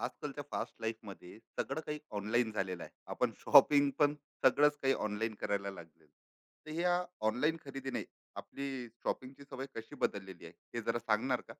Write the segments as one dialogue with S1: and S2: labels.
S1: आजकालच्या fast life मध्ये सगळं काही ऑनलाईन झालेलं आहे. आपण शॉपिंग पण सगळंच काही ऑनलाईन करायला लागलेलं. तर ह्या ऑनलाईन खरेदीने आपली शॉपिंगची सवय कशी बदललेली आहे हे जरा सांगणार का?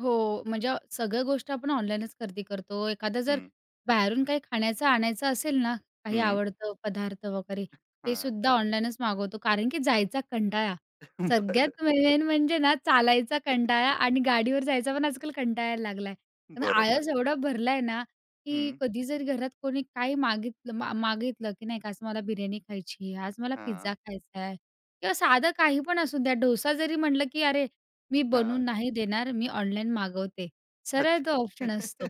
S2: हो, म्हणजे सगळ्या गोष्टी आपण ऑनलाईनच खरेदी करतो. एखादा जर
S1: हम्म.
S2: बाहेरून काही खाण्याचं आणायचं असेल ना, काही
S1: हम्म.
S2: आवडतं पदार्थ वगैरे, ते
S1: हा.
S2: सुद्धा ऑनलाईनच मागवतो. कारण की जायचा कंटाळा.
S1: बर.
S2: सगळ्यात मेन म्हणजे ना, चालायचा कंटाळा आणि गाडीवर जायचा पण आजकाल कंटाळा यायला लागलाय. कारण
S1: बरोबर.
S2: आळस एवढा भरलाय ना, की
S1: हम्म.
S2: कधी जरी घरात कोणी काही मागितलं, की नाही का, आज मला बिर्याणी खायची आहे, आज मला पिझ्झा
S1: हा.
S2: खायचा आहे किंवा साधं काही पण असू द्या, डोसा जरी म्हटलं, की अरे मी
S1: हा.
S2: बनवून नाही देणार, मी ऑनलाईन मागवते. सरळ तो
S1: अच्छा.
S2: ऑप्शन असतो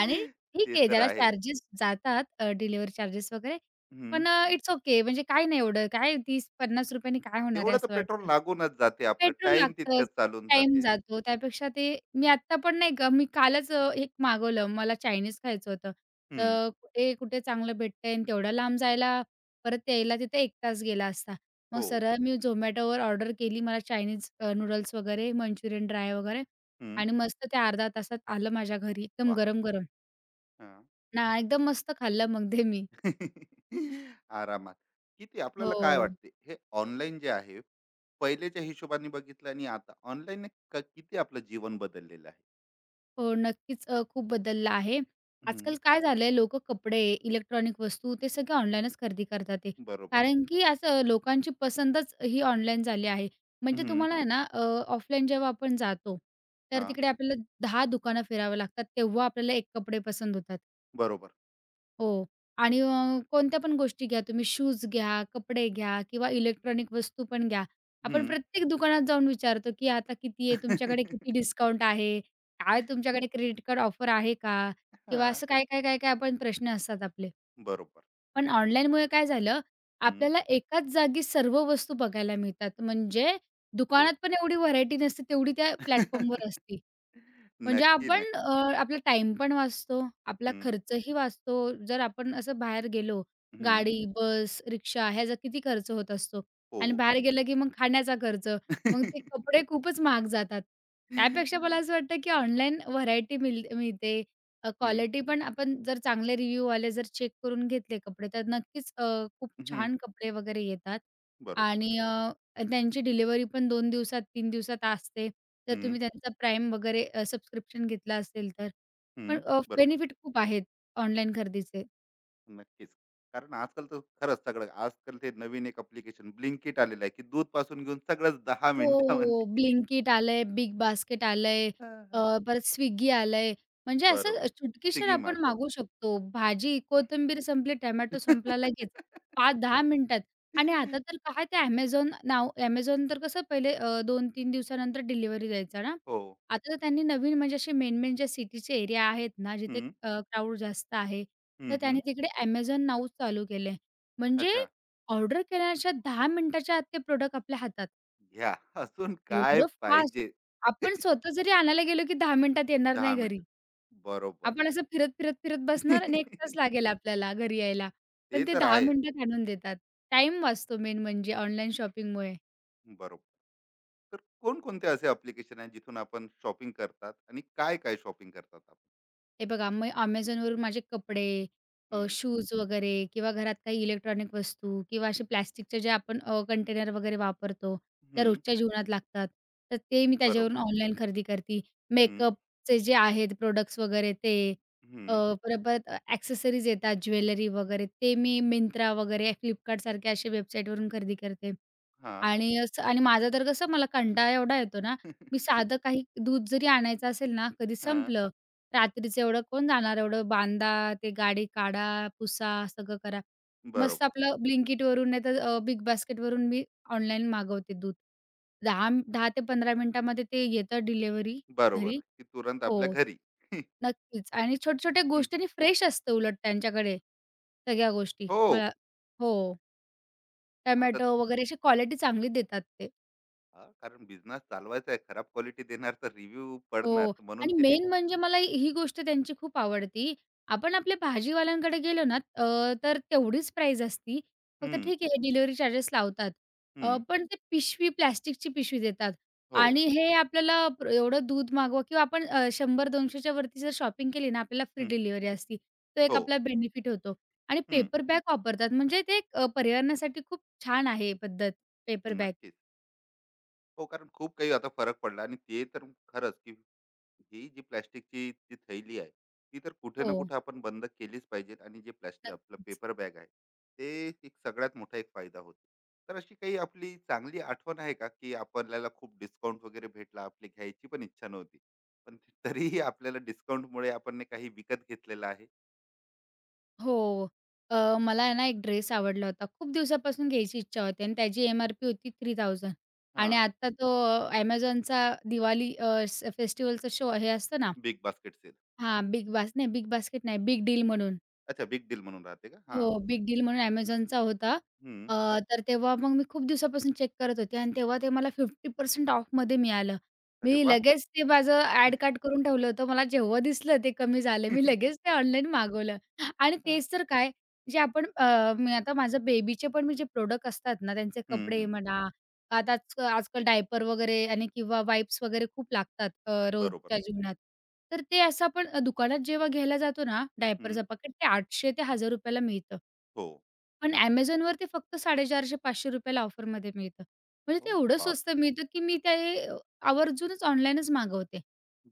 S2: आणि ठीक
S1: ते
S2: आहे
S1: तर
S2: त्याला
S1: आहे.
S2: चार्जेस जातात, डिलिव्हरी चार्जेस वगैरे,
S1: हम्म.
S2: पण इट्स ओके, म्हणजे काय नाही, एवढं काय 30-50 रुपयांनी काय होणार आहे
S1: तेवढं तर
S2: असं
S1: पेट्रोल
S2: वाटतं.
S1: लागूनच जाते, आपलं
S2: पेट्रोल
S1: टाइम
S2: लागतंच,
S1: तितकंच चालून
S2: टाईम
S1: जाते.
S2: जातो. त्यापेक्षा ते मी आत्ता पण नाही का, मी कालच एक मागवलं, मला चायनीज खायचं होतं.
S1: हम्म.
S2: तर कुठे, कुठे चांगलं भेटतंय आणि तेवढ्या लांब जायला परत यायला तिथे 1 तास गेला असता. मग
S1: हो.
S2: सरळ मी Zomatoवर ऑर्डर केली. मला चायनीज नूडल्स वगैरे, मंचुरियन ड्राय वगैरे,
S1: हम्म.
S2: आणि मस्त ते अर्ध्या तासात आलं माझ्या घरी एकदम गरम-गरम.
S1: वा.
S2: ना एकदम मस्त खाल्लं मग ते मी.
S1: आरामात. किती आपल्याला काय
S2: हो.
S1: वाटते हे ऑनलाईन जे आहे, पहिलेच्या हिशोबाने बघितलं आणि आता ऑनलाईनने किती आपलं जीवन बदललेलं आहे?
S2: हो, नक्कीच खूप बदललं आहे.
S1: हं,
S2: आजकाल काय झालंय, लोकं कपडे, इलेक्ट्रॉनिक वस्तू ते सगळे ऑनलाईनच खरेदी करतात आहे.
S1: बरोबर.
S2: कारण की आज लोकांची पसंतच ही ऑनलाईन झाली आहे. म्हणजे
S1: हं.
S2: तुम्हाला आहे ना, ऑफलाईन जेव्हा आपण जातो, तर
S1: हां,
S2: तिकडे आपल्याला 10 दुकानं फिरावं लागतात, तेव्हा आपल्याला एक कपडे पसंत होतात.
S1: बरोबर.
S2: हो. आणि कोणत्या पण गोष्टी घ्या, तुम्ही शूज घ्या, कपडे घ्या किंवा इलेक्ट्रॉनिक वस्तू पण घ्या. आपण
S1: हं.
S2: प्रत्येक दुकानात जाऊन विचारतो, की आता किती आहे?
S1: हां.
S2: तुमच्याकडे किती डिस्काउंट आहे? काय, तुमच्याकडे क्रेडिट कार्ड ऑफर आहे का? किंवा असं काय, काय, काय, काय आपण प्रश्न असतात आपले.
S1: बरोबर.
S2: पण ऑनलाईनमुळे काय झालं,
S1: हं.
S2: आपल्याला एकाच जागी सर्व वस्तू बघायला मिळतात. म्हणजे
S1: हो.
S2: दुकानात पण एवढी व्हरायटी नसते, तेवढी त्या प्लॅटफॉर्मवर असते. म्हणजे
S1: नक्की,
S2: आपण,
S1: नक्की.
S2: आपला टाईम पण वाचतो, आपला
S1: हं,
S2: खर्चही वाचतो. जर आपण असं बाहेर गेलो,
S1: हं.
S2: गाडी, बस, रिक्षा ह्याचा किती खर्च होत असतो
S1: हो.
S2: आणि बाहेर गेलं की मग खाण्याचा खर्च, मग ते कपडे खूपच महाग जातात. त्यापेक्षा मला असं वाटतं की ऑनलाईन व्हरायटी मिळते.
S1: हं,
S2: क्वालिटी पण आपण जर चांगले रिव्ह्यूवाले जर चेक करून घेतले कपडे, तर नक्कीच खूप
S1: हं,
S2: छान कपडे वगैरे येतात.
S1: बरोबर.
S2: आणि त्यांची डिलिव्हरी पण 2 दिवसात, 3 दिवसात असते. जर
S1: हं,
S2: तुम्ही त्यांचा प्राईम वगैरे सबस्क्रिप्शन घेतला असेल तर.
S1: हं,
S2: पण
S1: बरोबर.
S2: बेनिफिट खूप आहेत ऑनलाईन खरेदीचे.
S1: नक्कीच. कारण आजकाल तर खरंच सगळं, आजकाल ते नवीन एक ॲप्लिकेशन Blinkit आलेलं आहे, की दूध पासून घेऊन सगळंच 10
S2: हो, हो. हो.
S1: मिनिटामध्ये.
S2: Blinkit आलंय, बिग बास्केट आलंय,
S1: हां, हां.
S2: परत Swiggy आलंय. म्हणजे असं,
S1: बरोबर.
S2: चुटकीसर
S1: स्विगी
S2: आपण
S1: मार्ट. हो.
S2: मागवू शकतो. भाजी, कोथिंबीर संपली, टोमॅटो संपला, लगेच 5-10 मिनिटात. आणि आता तर काय, ते Amazon नाव Amazon तर कसं पहिले, 2-3 दिवसानंतर डिलिव्हरी द्यायचा ना.
S1: हो.
S2: आता तर त्यांनी नवीन, म्हणजे असे मेन-मेन ज्या सिटीचे एरिया आहेत ना, जिथे
S1: हं.
S2: क्राउड जास्त आहे,
S1: हं,
S2: तर त्यांनी
S1: हं.
S2: तिकडे Amazon नाऊ चालू केलंय. म्हणजे
S1: अच्छा.
S2: ऑर्डर केल्याच्या 10 मिनिटाच्या आत ते प्रॉडक्ट आपल्या हातात.
S1: घ्या. अजून काय
S2: एवढं फास्ट.
S1: पाहिजे?
S2: आपण स्वतः जरी आणायला गेलो, की 10 मिनिटात येणार
S1: दहा
S2: नाही घरी.
S1: मिनिटं. बरोबर
S2: आपण
S1: आहे.
S2: असं फिरत, फिरत, फिरत बसणार आणि 1 तास लागेल आपल्याला घरी यायला.
S1: ते
S2: पण ते
S1: तर
S2: 10
S1: आहेच.
S2: मिनिटात आणून देतात. टाईम वाचतो मेन म्हणजे ऑनलाईन शॉपिंगमुळे.
S1: बरोबर. तर कोणकोणते असे अप्लिकेशन आहेत जिथून आपण शॉपिंग करतात आणि काय-काय शॉपिंग करतात आपण?
S2: हे बघा, मग Amazonवरून माझे कपडे,
S1: हं.
S2: शूज वगैरे किंवा घरात काही इलेक्ट्रॉनिक वस्तू किंवा असे प्लास्टिकचे जे आपण, कंटेनर वगैरे वापरतो, त्या
S1: हं.
S2: रोजच्या जीवनात लागतात. तर ते मी
S1: बरोबर.
S2: त्याच्यावरून ऑनलाईन खरेदी करते.
S1: हं.
S2: मेकअपचे जे आहेत प्रोडक्ट्स वगैरे ते, अ,
S1: हं.
S2: परत ॲक्सेसरीज येतात, ज्वेलरी वगैरे ते मी Myntra वगैरे Flipkartसारख्या अशा वेबसाईटवरून खरेदी करते.
S1: हां.
S2: आणि असं, आणि माझं तर कसं, मला कंटाळा एवढा येतो ना, मी साधं काही दूध जरी आणायचं असेल ना, कधी
S1: हां.
S2: संपलं. रात्रीचं एवढं कोण जाणार, एवढं बांधा, ते गाडी काढा, पुसा, सगळं करा. मस्त
S1: बरोबर,
S2: आपलं Blinkitवरून नाहीतर बिग बास्केटवरून मी ऑनलाईन मागवते दूध. 10-10 ते 15 मिनिटामध्ये ते येतं डिलिव्हरी
S1: बरोबर,
S2: घरी.
S1: की तुरंत आपल्या
S2: हो,
S1: घरी.
S2: नक्कीच, आणि छोट्या-छोट्या
S1: हं.
S2: गोष्टींनी फ्रेश असतं उलट त्यांच्याकडे सगळ्या गोष्टी.
S1: हो.
S2: मला, हो,
S1: आता
S2: टोमॅटो वगैरे अशी क्वालिटी चांगली देतात ते.
S1: कारण बिझनेस चालवायचा आहे, खराब क्वालिटी देणार तर रिव्ह्यू पडणार,
S2: हो.
S1: तर म्हणून
S2: आणि
S1: त्यांनी.
S2: मेन म्हणजे मला ही गोष्ट त्यांची खूप आवडती. आपण आपल्या भाजीवाल्यांकडे गेलो ना, तर तेवढीच प्राईज असती. फक्त
S1: हं,
S2: ठीक आहे डिलिव्हरी चार्जेस लावतात.
S1: हं.
S2: पण ते पिशवी, प्लास्टिकची पिशवी देतात.
S1: हो,
S2: आणि हे आपल्याला एवढं दूध मागवा, किंवा आपण 100-200 वरती जर शॉपिंग केली ना, आपल्याला फ्री
S1: हं,
S2: डिलिव्हरी असती. तो एक
S1: हो,
S2: आपला बेनिफिट होतो. आणि
S1: हं.
S2: पेपर बॅग वापरतात, म्हणजे ते एक, पर्यावरणासाठी खूप छान आहे पद्धत, पेपर बॅग.
S1: नक्कीच. हो, कारण खूप काही आता फरक पडला आणि ते तर खरंच की ही जी प्लॅस्टिकची जी थैली आहे ती तर कुठे
S2: हो,
S1: ना कुठे आपण बंद केलीच पाहिजे. आणि जे प्लॅस्टिक आपलं
S2: नक्कीच.
S1: पेपर बॅग आहे ते एक सगळ्यात मोठा एक फायदा होतो. तर अशी काही आपली चांगली आठवण आहे का की आपल्याला खूप डिस्काउंट वगैरे भेटला, आपली घ्यायची पण इच्छा नव्हती, पण तरीही आपल्याला डिस्काउंटमुळे आपण ने काही विकत घेतलेलं आहे?
S2: हो. मला आहे ना, एक ड्रेस आवडला होता. खूप दिवसापासून घ्यायची इच्छा होती, आणि त्याची एम-आर-पी होती 3,000. आणि
S1: हां.
S2: आता तो, Amazonचा दिवाळी, अ, स शो हे असतं ना.
S1: बिग बास्केट सेल.
S2: हां, बिग बास्केट नाही, बिग डील म्हणून.
S1: अच्छा, बिग डील म्हणून राहते का? हां.
S2: हो, बिग डील म्हणून Amazonचा होता.
S1: हम्म.
S2: अ, तर तेव्हा मग मी खूप दिवसापासून चेक करत होते, आणि तेव्हा ते मला 50% ऑफमध्ये मिळालं.
S1: अरे
S2: मी
S1: वा.
S2: लगेच ते माझं ॲड कार्ट करून ठेवलं होतं. मला जेव्हा दिसलं ते कमी झालं, मी लगेच ते ऑनलाईन मागवलं. आणि
S1: हा.
S2: तेच तर काय, जे आपण, मी आता माझं बेबीचे पण, मी जे प्रॉडक्ट असतात ना, त्यांचे
S1: हम्म.
S2: कपडे
S1: हम्म.
S2: म्हणा, आता आज आजकाल डायपर वगैरे आणि किंवा वाइप्स वगैरे खूप लागतात,
S1: बरोबर.
S2: रोजच्या जीवनात. तर ते असं आपण, दुकानात जेव्हा घ्यायला जातो ना,
S1: हम्म.
S2: डायपरचं पाकीट ते 800 ते ₹1000 ला मिळतं.
S1: हो
S2: पण Amazonवर ते फक्त ₹450-500 ला ऑफरमध्ये मिळतं. म्हणजे ते
S1: हो
S2: एवढं
S1: बाप.
S2: स्वस्त मिळतं, की मी ते, अ, आवर्जूनच ऑनलाईनच मागवते.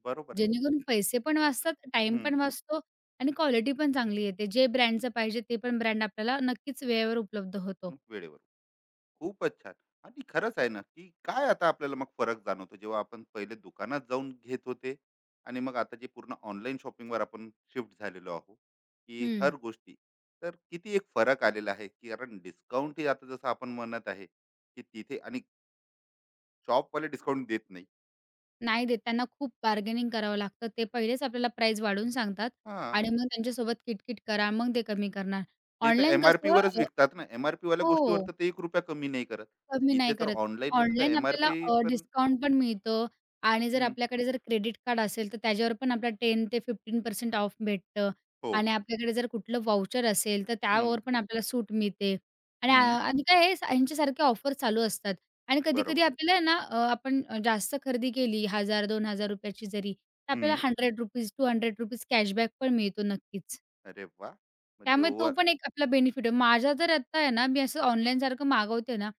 S1: बरोबर आहे.
S2: जेणेकरून पैसे पण वाचतात, टाईम पण
S1: हम्म.
S2: वाचतो, आणि क्वालिटी पण चांगली येते. जे ब्रँडचं पाहिजे, ते पण ब्रँड आपल्याला नक्कीच वेळेवर उपलब्ध होतो.
S1: हम्म, वेळेवर. खूपच छान. आणि खरंच आहे ना, की काय आता आपल्याला मग फरक जाणवतो जेव्हा आपण पहिले दुकानात जाऊन घेत होते आणि मग आता जे पूर्ण ऑनलाईन शॉपिंगवर आपण शिफ्ट झालेलो आहोत, की
S2: हं.
S1: हर गोष्टी. तर किती एक फरक आलेला आहे, की कारण डिस्काउंट ही आता जसं आपण म्हणत आहे, की तिथे, आणि शॉपवाले डिस्काउंट देत नाही.
S2: नाही देत. त्यांना खूप बार्गेनिंग करावं लागतं. ते पहिलेच आपल्याला प्राईस वाढवून सांगतात,
S1: हां.
S2: आणि मग त्यांच्यासोबत किटकिट करा, मग ते कमी करणार.
S1: ते तर
S2: ऑनलाईन कसं,
S1: एम-आर-पीवरच
S2: अ,
S1: विकतात ना. एम-आर-पीवाल्या गोष्टीवर
S2: हो.
S1: तर ते ₹1 कमी नाही करत.
S2: कमी
S1: इथे
S2: नाही
S1: तर
S2: करत.
S1: ऑनलाईनमध्ये तर
S2: ऑनलाईन आपल्याला,
S1: एम-आर-पी पण.
S2: डिस्काउंट पण मिळतं. आणि जर
S1: हं,
S2: आपल्याकडे जर क्रेडिट कार्ड असेल, तर त्याच्यावर पण आपल्याला 10% ते 15% ऑफ भेटतं.
S1: हो.
S2: आणि आपल्याकडे जर कुठलं व्हाउचर असेल, तर
S1: हं,
S2: त्यावर पण आपल्याला सूट मिळते. आणि आ
S1: हं.
S2: आणि काय आहे ह्यांच्यासारख्या ऑफर चालू असतात. आणि कधी-कधी
S1: बरोबर.
S2: आपल्याला ना, आपण जास्त खरेदी केली ₹1000-2,000 ची जरी, तर आपल्याला ₹100, ₹200 कॅशबॅक पण मिळतो नक्कीच.
S1: अरे वा, म्हणजे
S2: त्यामुळे तो
S1: ओव्हर.
S2: पण एक आपला बेनिफिट आहे. माझा तर आत्ता आहे ना, मी असं ऑनलाईनसारखं मागवते ना,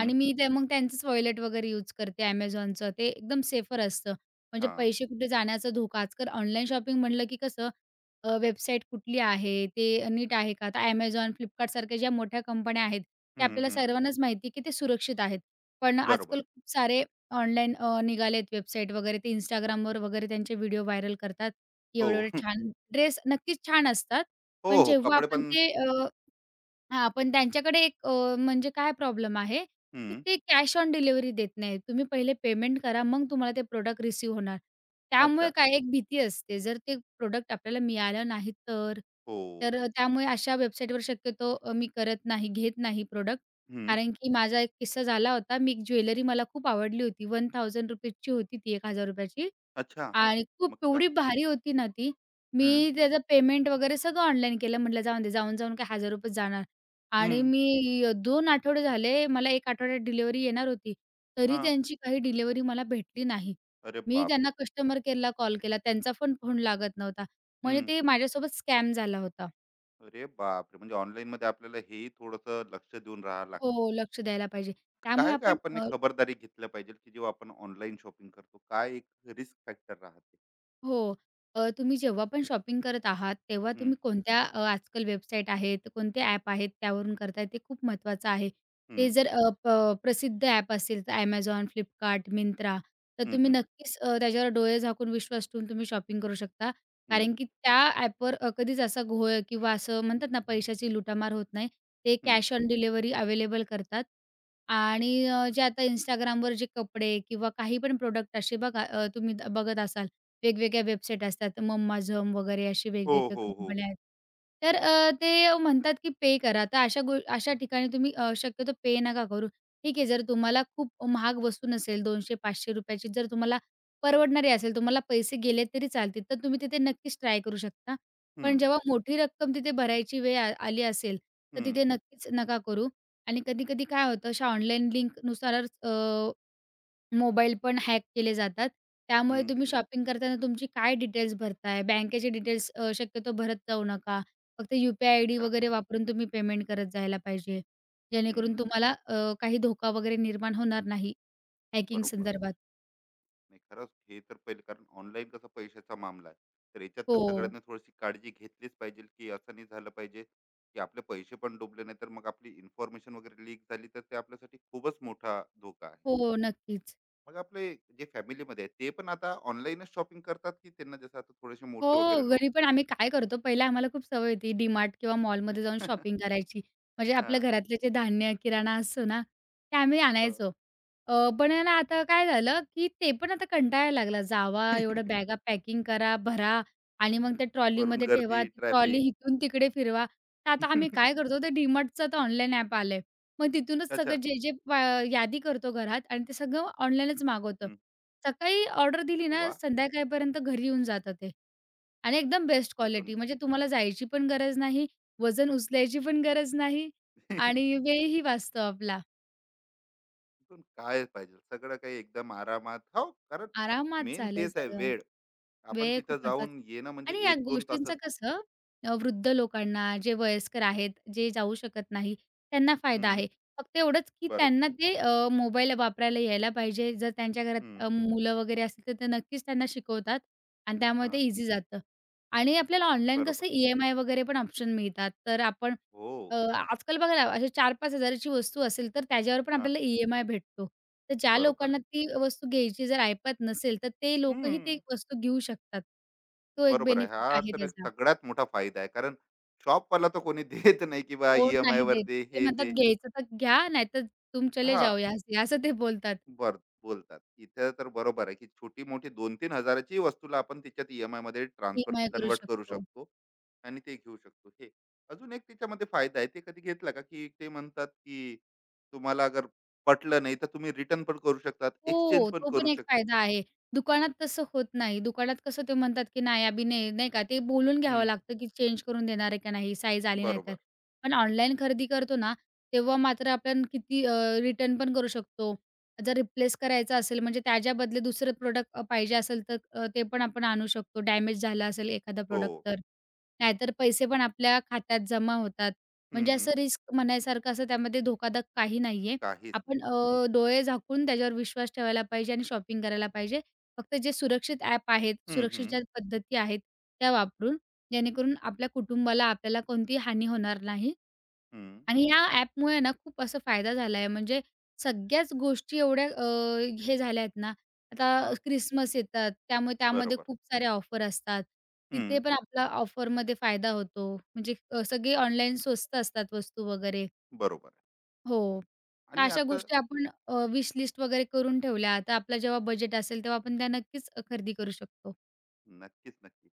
S2: आणि मी ते मग त्यांचंच वॉलेट वगैरे यूज करते Amazonचं. ते एकदम सेफर असतं. म्हणजे
S1: हां.
S2: पैसे कुठे जाण्याचा धोका. आजकाल ऑनलाईन शॉपिंग म्हटलं की कसं, वेबसाईट कुठली आहे, ते नीट आहे का? आता Amazon, Flipkartसारख्या ज्या मोठ्या कंपन्या आहेत, त्या
S1: हं,
S2: आपल्याला
S1: हं.
S2: सर्वांनाच माहिती आहे की ते सुरक्षित आहेत. पण
S1: बरोबर.
S2: आजकाल खूप सारे ऑनलाईन निघालेत वेबसाईट वगैरे. ते Instagramवर वगैरे त्यांचे व्हिडिओ व्हायरल करतात.
S1: हो.
S2: एवढे-एवढे छान ड्रेस नक्कीच छान असतात.
S1: हो,
S2: पण
S1: हो.
S2: जेव्हा
S1: कपडे
S2: आपण
S1: पण.
S2: ते, हां, पण त्यांच्याकडे एक, म्हणजे काय प्रॉब्लेम आहे, की
S1: हं.
S2: ते कॅश ऑन डिलिव्हरी देत नाहीत. तुम्ही पहिले पेमेंट करा, मग तुम्हाला ते प्रॉडक्ट रिसीव्ह होणार. त्यामुळे
S1: अच्छा.
S2: काय एक भीती असते, जर ते प्रॉडक्ट आपल्याला मिळालं नाही तर?
S1: हो.
S2: तर त्यामुळे अशा वेबसाईटवर शक्यतो मी करत नाही, घेत नाही प्रॉडक्ट.
S1: हं.
S2: कारण की माझा एक किस्सा झाला होता. मी ज्वेलरी, मला खूप आवडली होती, ₹1000 ची होती ती, ₹1000 ची.
S1: अच्छा.
S2: आणि खूप
S1: मग काय?
S2: एवढी भारी होती ना ती. मी
S1: हं.
S2: त्याचं पेमेंट वगैरे सगळं ऑनलाईन केलं. म्हटलं जाऊन दे, जाऊन-जाऊन काय ₹1000 जाणार. आणि
S1: हं.
S2: मी, 2 आठवडे झाले, मला 1 आठवड्यात डिलिव्हरी येणार होती. तरी
S1: हां.
S2: त्यांची काही डिलिव्हरी मला भेटली नाही.
S1: अरे
S2: मी
S1: बापरे!
S2: त्यांना कस्टमर केअरला कॉल केला, त्यांचा पण फोन लागत नव्हता. म्हणजे
S1: हं.
S2: ते माझ्यासोबत स्कॅम झाला होता.
S1: अरे बापरे! म्हणजे ऑनलाईनमध्ये आपल्याला हेही थोडंसं लक्ष देऊन राहावं लागते.
S2: हो, लक्ष द्यायला पाहिजे. त्यामुळे
S1: काय-काय
S2: आपण
S1: आपण एक
S2: अ
S1: खबरदारी घेतल्या पाहिजे, की जेव्हा आपण ऑनलाईन शॉपिंग करतो, काय एक रिस्क फॅक्टर राहते?
S2: हो. तुम्ही जेव्हा पण शॉपिंग करत आहात, तेव्हा
S1: हं,
S2: तुम्ही कोणत्या, आजकाल वेबसाईट आहेत, कोणते ॲप आहेत, त्यावरून करताय ते खूप महत्त्वाचं आहे. ते
S1: हं.
S2: जर, अ, प प्रसिद्ध ॲप असेल, तर Amazon, Flipkart, Myntra, तर
S1: हं,
S2: तुम्ही
S1: हं.
S2: नक्कीच त्याच्यावर डोळे झाकून विश्वास ठेवून तुम्ही शॉपिंग करू शकता.
S1: हं,
S2: कारण की त्या ॲपवर कधीच असा घोळ, किंवा असं म्हणतात ना, पैशाची लुटामार होत नाही. ते
S1: हं.
S2: कॅश ऑन डिलिव्हरी अवेलेबल करतात. आणि जे आता Instagramवर जे कपडे किंवा काही पण प्रॉडक्ट असे बघा, तुम्ही बघत असाल, वेगवेगळ्या वेबसाईट असतात. मम्माझम वगैरे अशी
S1: हो,
S2: वेगवेगळ्या
S1: हो, हो.
S2: कंपन्या आहेत. तर, ते म्हणतात की पे करा. तर अशा ठिकाणी तुम्ही, शक्यतो पे नका करू. ठीक आहे, जर तुम्हाला खूप महाग वस्तू नसेल, ₹200-500 ची जर तुम्हाला परवडणारी असेल, तुम्हाला पैसे गेले तरी चालतील, तर तुम्ही तिथे नक्कीच ट्राय करू शकता.
S1: हं,
S2: पण जेव्हा मोठी रक्कम तिथे भरायची वेळ आली असेल, तर
S1: हं,
S2: तिथे नक्कीच नका करू. आणि कधी-कधी काय होतं, अशा ऑनलाईन लिंकनुसारच मोबाईल पण हॅक केले जातात. त्यामुळे
S1: हं.
S2: तुम्ही, हं. शॉपिंग करताना तुमची काय डिटेल्स भरताय, बँकेचे डिटेल्स, शक्यतो भरत जाऊ नका. फक्त यू-पी-आय आयडी
S1: अच्छा.
S2: वगैरे वापरून तुम्ही पेमेंट करत जायला पाहिजे.
S1: हं.
S2: जेणेकरून तुम्हाला, काही धोका वगैरे निर्माण होणार नाही हॅकिंग
S1: बरोबर.
S2: संदर्भात.
S1: नाही, खरंच हे तर पहिले, कारण ऑनलाईन कसं पैशाचा मामला आहे. तर याच्यात तर
S2: हो.
S1: सगळ्यांनी थोडीशी काळजी घेतलीच पाहिजे, की असं नाही झालं पाहिजे, की आपले पैसे पण डुबले, नाही तर मग आपली इन्फॉर्मेशन वगैरे लीक झाली तर ते आपल्यासाठी खूपच मोठा धोका आहे.
S2: हो, नक्कीच.
S1: मग आपले जे फॅमिलीमध्ये आहेत ते पण आता ऑनलाईनच शॉपिंग करतात, की त्यांना जसं आता थोडेसे
S2: हो,
S1: मोठे वगैरे
S2: घरी
S1: लोकं.
S2: पण आम्ही काय करतो, पहिला आम्हाला खूप सवय होती DMart किंवा मॉलमध्ये जाऊन शॉपिंग करायची. म्हणजे
S1: हां.
S2: आपल्या
S1: हां.
S2: घरातले जे धान्य, किराणा असतो ना, ते आम्ही आणायचो. पण आहे ना, आता काय झालं, की ते पण आता कंटाळायला लागला. जावा, एवढ्या बॅगा पॅकिंग करा, भरा, आणि मग त्या
S1: वरून
S2: ट्रॉलीमध्ये ठेवा.
S1: गर्दी,
S2: ती ट्रॉली
S1: ट्रॅफिक.
S2: इथून तिकडे फिरवा. तर आता आम्ही काय करतो, ते DMartचं आता ऑनलाईन ॲप आलंय. मग तिथूनच
S1: अच्छा.
S2: सगळं जे-जे प यादी करतो घरात, आणि ते सगळं ऑनलाईनच मागवतो.
S1: हं.
S2: सकाळी ऑर्डर दिली ना,
S1: वाह!
S2: संध्याकाळपर्यंत घरी येऊन जातं ते. आणि एकदम बेस्ट
S1: अजून?
S2: क्वालिटी. म्हणजे तुम्हाला जायची पण गरज नाही, वजन उचलायची पण गरज नाही, आणि वेळही वाचतो आपला.
S1: तिथून काय पाहिजे सगळं काही एकदम आरामात, हो कारण
S2: आरामात
S1: मेन
S2: झालंय
S1: तेच आहे
S2: सगळं.
S1: वेळ. आपण
S2: वेळ
S1: तिथं
S2: खूप महत्वाचा.
S1: जाऊन येणं म्हणजे
S2: आणि या
S1: एक दोन तासात.
S2: गोष्टींचं कसं, वृद्ध लोकांना, जे वयस्कर आहेत, जे जाऊ शकत नाही, त्यांना फायदा
S1: हम्म.
S2: आहे. फक्त एवढंच की
S1: बरोबर.
S2: त्यांना ते, मोबाईल वापरायला यायला पाहिजे. जर त्यांच्या घरात,
S1: हम्म.
S2: मुलं वगैरे असतील, तर ते नक्कीच त्यांना शिकवतात, आणि त्यामुळे
S1: हा.
S2: ते ईझी जातं. आणि आपल्याला ऑनलाईन
S1: बरोबर.
S2: कसं ई-एम-आय वगैरे पण ऑप्शन मिळतात. तर आपण,
S1: हो.
S2: आजकाल बघा ना, अशी 4-5 ची वस्तू असेल, तर त्याच्यावर पण
S1: हा.
S2: आपल्याला ई-एम-आय भेटतो. तर ज्या
S1: बरोबर
S2: लोकांना
S1: आहे.
S2: ती वस्तू घ्यायची जर ऐपत नसेल, तर ते लोकही ती
S1: हम्म.
S2: वस्तू घेऊ शकतात. तो एक
S1: बरोबर आहे.
S2: बेनिफिट
S1: हा,
S2: आहे
S1: तर एक
S2: त्याचा.
S1: सगळ्यात मोठा फायदा आहे, कारण शॉपवाला तर कोणी देत नाही की बा ई
S2: कोण
S1: एम आय
S2: नाही
S1: वर
S2: देत.
S1: दे,
S2: ते
S1: हे
S2: म्हणतात,
S1: दे.
S2: "घ्यायचं तर घ्या, नाहीतर तुम चले
S1: हा.
S2: जाओ यहाँ", असं ते बोलतात.
S1: बर. बोलतात इथे, तर बरोबर आहे की छोटी मोठी 2-3 हजाराची वस्तूला आपण तिच्यात ई एम आय मध्ये ट्रान्सफर,
S2: ई करू
S1: कन्वर्ट करू
S2: शकतो.
S1: शकतो आणि ते घेऊ शकतो हे. अजून एक त्याच्यामध्ये फायदा आहे. ते कधी घेतला का, की ते म्हणतात, की तुम्हाला अगर पटलं नाही, तर तुम्ही रिटर्न पण करू शकतात, एक्सचेंज
S2: हो,
S1: पण
S2: तो पण
S1: करू
S2: एक
S1: शक.
S2: फायदा आहे. दुकानात तसं होत नाही. दुकानात कसं ते म्हणतात, की नाही, अभी नाही, नाही का, ते बोलून घ्यावं
S1: हं,
S2: लागतं, की चेंज करून देणार आहे का नाही, साईज आली नाही तर.
S1: बरोबर.
S2: पण ऑनलाईन खरेदी करतो ना, तेव्हा मात्र आपण किती, रिटर्न पण करू शकतो. जर रिप्लेस करायचं असेल, म्हणजे त्याच्या बदले दुसरं प्रॉडक्ट पाहिजे असेल, तर, ते पण आपण आणू शकतो. डॅमेज झालं असेल एखादा
S1: हो.
S2: प्रॉडक्ट तर. नाहीतर पैसे पण आपल्या खात्यात जमा होतात.
S1: हं,
S2: म्हणजे
S1: हं.
S2: असं रिस्क म्हणायसारखं असं त्यामध्ये धोकादायक काही नाहीये.
S1: काहीच नाही.
S2: आपण, डोळे झाकून त्याच्यावर विश्वास ठेवायला पाहिजे आणि शॉपिंग करायला पाहिजे. फक्त जे सुरक्षित ॲप आहेत,
S1: हं,
S2: सुरक्षित
S1: हं.
S2: ज्या पद्धती आहेत, त्या वापरून, जेणेकरून आपल्या कुटुंबाला, आपल्याला कोणतीही हानी होणार नाही.
S1: हं.
S2: आणि या ॲपमुळे ना खूप असा फायदा झाला आहे. म्हणजे सगळ्याच गोष्टी एवढ्या, हे झाल्या आहेत ना, आता
S1: हां,
S2: क्रिसमस येतात, त्यामुळे त्यामध्ये
S1: बरोबर.
S2: खूप साऱ्या ऑफर असतात.
S1: हं,
S2: तिथे पण आपला ऑफरमध्ये फायदा होतो. म्हणजे, सगळी ऑनलाईन स्वस्त असतात वस्तू वगैरे.
S1: बरोबर. आहे.
S2: हो. तर
S1: आणि
S2: अशा
S1: आता,
S2: गोष्टी आपण, विश लिस्ट वगैरे करून ठेवल्या, तर आपलं जेव्हा बजेट असेल तेव्हा आपण त्या नक्कीच खरेदी करू शकतो.
S1: नक्कीच, नक्की.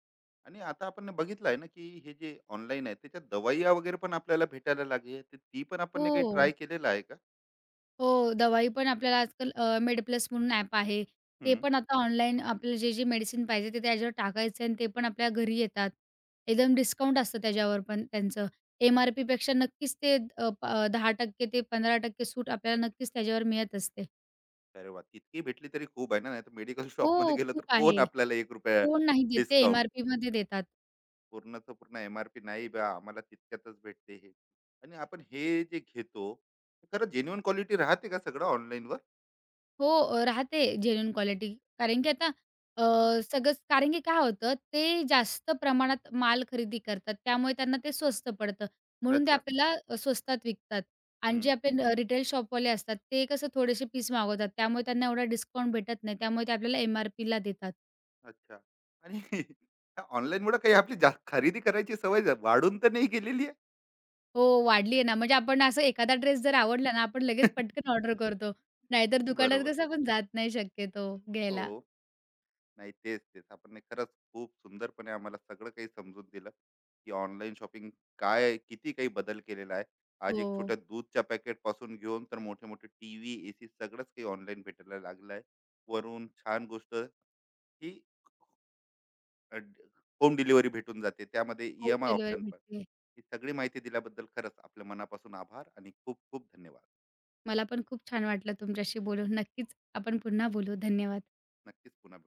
S1: आणि आता आपण बघितलं ना, की हे जे ऑनलाईन आहे, त्याच्यात दवाई वगैरे पण आपल्याला भेटायला लागली आहे. तर ती पण आपण ने काही
S2: हो.
S1: ट्राय केलेलं आहे का?
S2: हो, दवाई पण आपल्याला आजकाल, MedPlus म्हणून ॲप आहे. ते पण आता ऑनलाईन आपल्याला जे, जे मेडिसिन पाहिजे ते त्याच्यावर टाकायचं, आणि ते पण आपल्या घरी येतात. एकदम डिस्काउंट असतं त्याच्यावर पण त्यांचं. एम-आर-पीपेक्षा नक्कीच ते अ, प 10% ते 15% सूट आपल्याला नक्कीच त्याच्यावर मिळत असते.
S1: अरे वा! इतकी भेटली तरी खूप आहे ना, नाहीतर मेडिकल शॉप शॉपमध्ये
S2: हो,
S1: गेलं
S2: खूप
S1: तर कोण
S2: आहे.
S1: आपल्याला ₹1
S2: कोण नाही देत, ते
S1: डिस्काउंट.
S2: एम-आर-पीमध्ये देतात.
S1: पूर्णचं पूर्ण एम-आर-पी नाही बा, आम्हाला तितक्यातच भेटते हे. आणि आपण हे जे घेतो, ते खरं जेन्युइन क्वालिटी राहते का सगळं ऑनलाईनवर?
S2: हो, राहते जेन्युइन क्वालिटी. कारण की आता, अ,
S1: हं,
S2: सगळंच, कारण की काय होतं, ते जास्त प्रमाणात माल खरेदी करतात. त्यामुळे त्यांना ते स्वस्त पडतं. म्हणून ते
S1: अच्छा.
S2: आपल्याला, स्वस्तात विकतात. आणि
S1: हं,
S2: जे आपले, रिटेल शॉपवाले असतात, ते कसं थोडेसे पीस मागवतात. त्यामुळे त्यांना एवढा डिस्काउंट भेटत नाही. त्यामुळे ते आपल्याला एम-आर-पीला देतात.
S1: अच्छा. आणि ऑनलाईनमुळे काही आपली खरेदी करायची सवय वाढून तर नाही गेलेली आहे?
S2: हो, वाढली आहे ना. म्हणजे आपण असं एखादा ड्रेस जर आवडला ना, आपण लगेच पटकन ऑर्डर करतो. नाहीतर दुकानात
S1: बरोबर.
S2: कसं आपण जात नाही शक्यतो
S1: हो.
S2: घ्यायला.
S1: नाही तेच तेच आपण नाही, खरंच खूप सुंदरपणे आम्हाला सगळं काही समजून दिलं की ऑनलाईन शॉपिंग काय आहे, किती काही बदल केलेला आहे. आज एक
S2: हो,
S1: छोट्या दूधच्या पॅकेट पासून घेऊन तर मोठे मोठे टी व्ही, ए सी सगळंच काही ऑनलाईन भेटायला लागलं आहे. वरून छान गोष्ट ही, होम डिलिव्हरी भेटून जाते, त्यामध्ये E
S2: home
S1: M I
S2: delivery
S1: option पण.
S2: भेटते.
S1: ही सगळी माहिती दिल्याबद्दल खरंच आपल्या मनापासून आभार आणि खूप खूप धन्यवाद.
S2: मला पण खूप छान वाटलं तुमच्याशी बोलून. नक्कीच आपण पुन्हा बोलू. धन्यवाद.
S1: नक्कीच, पुन्हा भेटू.